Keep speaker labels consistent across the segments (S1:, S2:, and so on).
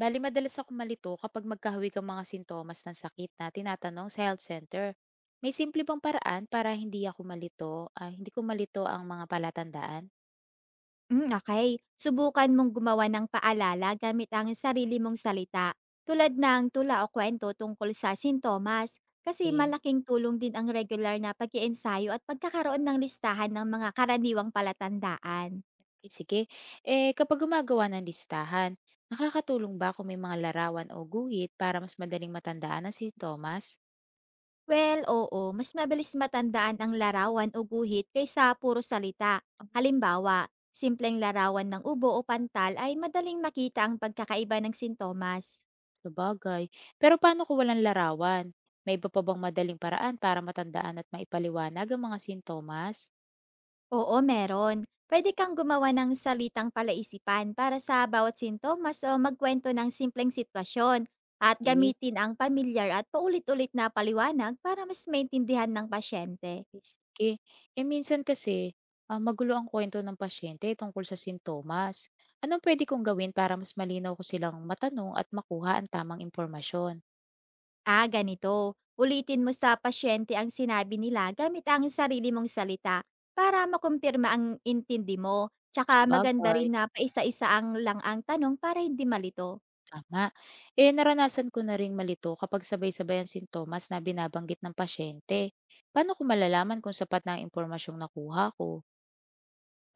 S1: Bali madalas ako malito kapag magkahawig ang mga sintomas ng sakit na tinatanong sa health center. May simple bang paraan para hindi ako malito, hindi ko malito ang mga palatandaan?
S2: Okay. Subukan mong gumawa ng paalala gamit ang sarili mong salita, tulad ng tula o kwento tungkol sa sintomas, kasi
S1: Eh,
S2: malaking tulong din ang regular na pag iensayo at pagkakaroon ng listahan ng mga karaniwang palatandaan.
S1: Sige. Eh, kapag gumagawa ng listahan, nakakatulong ba kung may mga larawan o guhit para mas madaling matandaan ang sintomas?
S2: Well, oo, mas mabilis matandaan ang larawan o guhit kaysa puro salita.
S1: Ah,
S2: Halimbawa, simpleng larawan ng ubo o pantal ay madaling makita ang pagkakaiba ng sintomas.
S1: sabagay. Pero paano kung walang larawan? May iba pa bang madaling paraan para matandaan at maipaliwanag ang mga sintomas?
S2: Oo, meron. Pwede kang gumawa ng salitang palaisipan para sa bawat sintomas o magkwento ng simpleng sitwasyon at
S1: Eh,
S2: gamitin ang pamilyar at paulit-ulit na paliwanag para mas maintindihan ng pasyente.
S1: Ay, sige. Eh, minsan kasi, magulo ang kwento ng pasyente tungkol sa sintomas. Anong pwede kong gawin para mas malinaw ko silang matanong at makuha ang tamang impormasyon?
S2: Ah, ganito. Ulitin mo sa pasyente ang sinabi nila gamit ang sarili mong salita para makumpirma ang intindi mo. Tsaka maganda
S1: Sabagay,
S2: rin na paisa-isa lang ang tanong para hindi malito.
S1: tama. Eh, naranasan ko na ring malito kapag sabay-sabay ang sintomas na binabanggit ng pasyente. Paano ko malalaman kung sapat na ang impormasyong nakuha ko?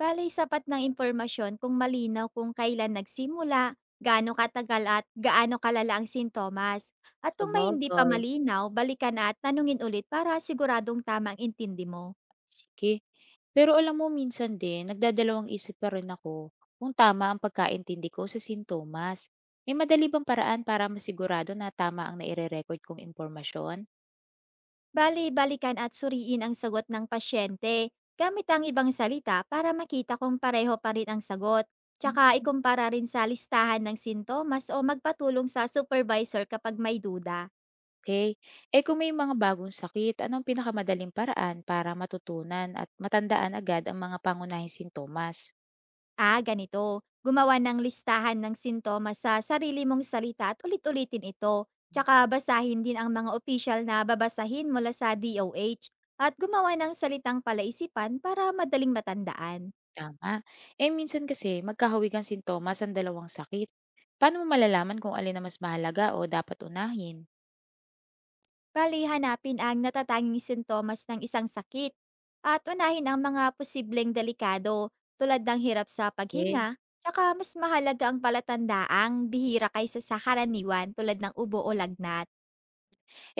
S2: Bale, sapat ng impormasyon kung malinaw kung kailan nagsimula, gaano katagal at gaano kalala ang sintomas. At kung may hindi pa
S1: Sabagay,
S2: malinaw, balikan at tanungin ulit para siguradong tamang ang intindi mo.
S1: sige. Pero alam mo, minsan din, nagdadalawang isip pa rin ako kung tama ang pagkaintindi ko sa sintomas. May madali bang paraan para masigurado na tama ang naire-record kong impormasyon?
S2: Bale, balikan at suriin ang sagot ng pasyente gamit ang ibang salita para makita kung pareho pa rin ang sagot. Tsaka ikumpara rin sa listahan ng sintomas o magpatulong sa supervisor kapag may duda.
S1: Okay. Eh, kung may mga bagong sakit, anong pinakamadaling paraan para matutunan at matandaan agad ang mga pangunahing sintomas?
S2: Ah, ganito. Gumawa ng listahan ng sintomas sa sarili mong salita at ulit-ulitin ito. Tsaka basahin din ang mga official na babasahin mula sa DOH at gumawa ng salitang palaisipan para madaling matandaan.
S1: Tama. Eh, minsan kasi magkahawig ang sintomas ang dalawang sakit. Paano mo malalaman kung alin na mas mahalaga o dapat unahin?
S2: Bali, hanapin ang natatanging sintomas ng isang sakit at unahin ang mga posibleng delikado tulad ng hirap sa
S1: Okay.
S2: paghinga tsaka mas mahalaga ang palatandaang bihira kaysa sa karaniwan tulad ng ubo o lagnat.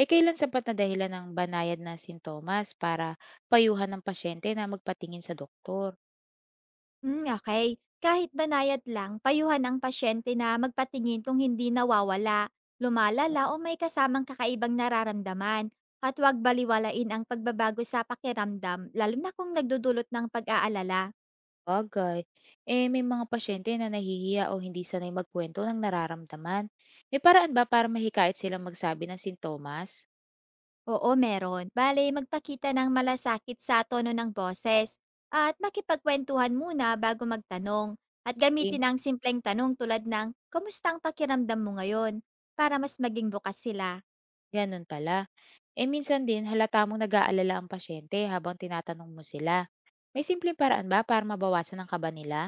S1: Eh, kailan sapat na dahilan ng banayad na sintomas para payuhan ng pasyente na magpatingin sa doktor?
S2: Okay. Kahit banayad lang, payuhan ang pasyente na magpatingin kung hindi nawawala, lumalala o may kasamang kakaibang nararamdaman. At huwag baliwalain ang pagbabago sa pakiramdam, lalo na kung nagdudulot ng pag-aalala.
S1: Bagay. Eh, may mga pasyente na nahihiya o hindi sanay magkwento ng nararamdaman. May paraan ba para mahikayat silang magsabi ng sintomas?
S2: Oo, meron. Bale, magpakita ng malasakit sa tono ng boses at makipagkwentuhan muna bago magtanong. At
S1: Eh,
S2: gamitin ang simpleng tanong tulad ng, "Kamusta ang pakiramdam mo ngayon?" para mas maging bukas sila.
S1: ganun pala. Eh, minsan din halata mong nag-aalala ang pasyente habang tinatanong mo sila. May simpleng paraan ba para mabawasan ang kaba nila?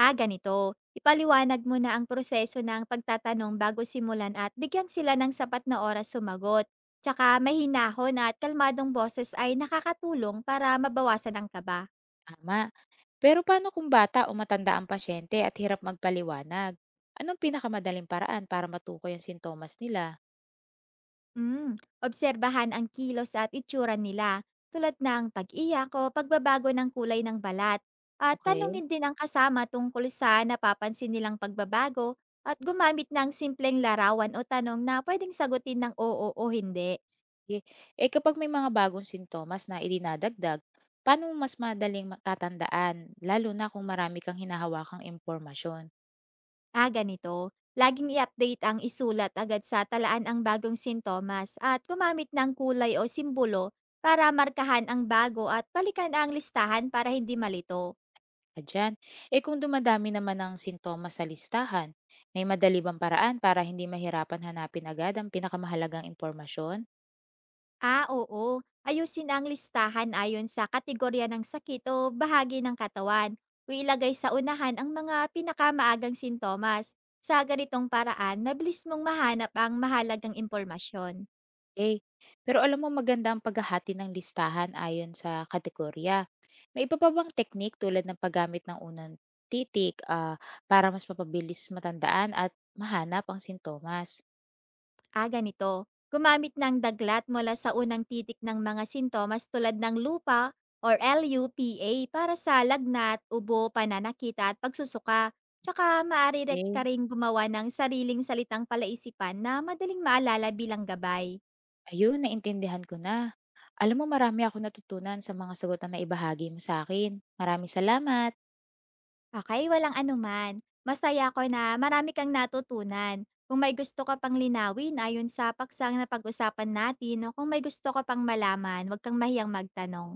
S2: Ah, ganito. Ipaliwanag mo na ang proseso ng pagtatanong bago simulan at bigyan sila ng sapat na oras sumagot. Tsaka mahinahon at kalmadong boses ay nakakatulong para mabawasan ang kaba.
S1: Tama. Pero paano kung bata o matanda ang pasyente at hirap magpaliwanag? Anong pinakamadaling paraan para matukoy ang sintomas nila?
S2: Mm. Obserbahan ang kilos at itsura nila, tulad ng pag-iyak o pagbabago ng kulay ng balat. At
S1: Okay.
S2: tanungin din ang kasama tungkol sa napapansin nilang pagbabago at gumamit ng simpleng larawan o tanong na pwedeng sagutin ng oo o hindi.
S1: Sige. Eh, kapag may mga bagong sintomas na idinadagdag, paano mo mas madaling matatandaan, lalo na kung marami kang hinahawakang impormasyon?
S2: Ah, ganito. Laging i-update ang isulat agad sa talaan ang bagong sintomas at gumamit ng kulay o simbolo para markahan ang bago at balikan ang listahan para hindi malito.
S1: Adyan. Eh, kung dumadami naman ang sintomas sa listahan, may madali bang paraan para hindi mahirapan hanapin agad ang pinakamahalagang impormasyon?
S2: Ah, oo. Ayusin ang listahan ayon sa kategorya ng sakit o bahagi ng katawan. O ilagay sa unahan ang mga pinakamaagang sintomas. Sa ganitong paraan, mabilis mong mahanap ang mahalagang impormasyon.
S1: Eh, pero alam mo, maganda ang paghahati ng listahan ayon sa kategorya. May iba pa bang technique tulad ng paggamit ng unang titik para mas mapabilis matandaan at mahanap ang sintomas?
S2: Ah, ganito. Gumamit ng daglat mula sa unang titik ng mga sintomas tulad ng lupa or LUPA para sa lagnat, ubo, pananakita at pagsusuka. Tsaka maaari re-
S1: Eh,
S2: ka rin gumawa ng sariling salitang palaisipan na madaling maalala bilang gabay.
S1: ayun, naintindihan ko na. Alam mo, marami ako natutunan sa mga sagot na naibahagi mo sa akin. Maraming salamat.
S2: Okay, walang anuman. Masaya ko na marami kang natutunan. Kung may gusto ka pang linawin ayon sa paksang pag usapan natin o kung may gusto ka pang malaman, huwag kang mahiyang magtanong.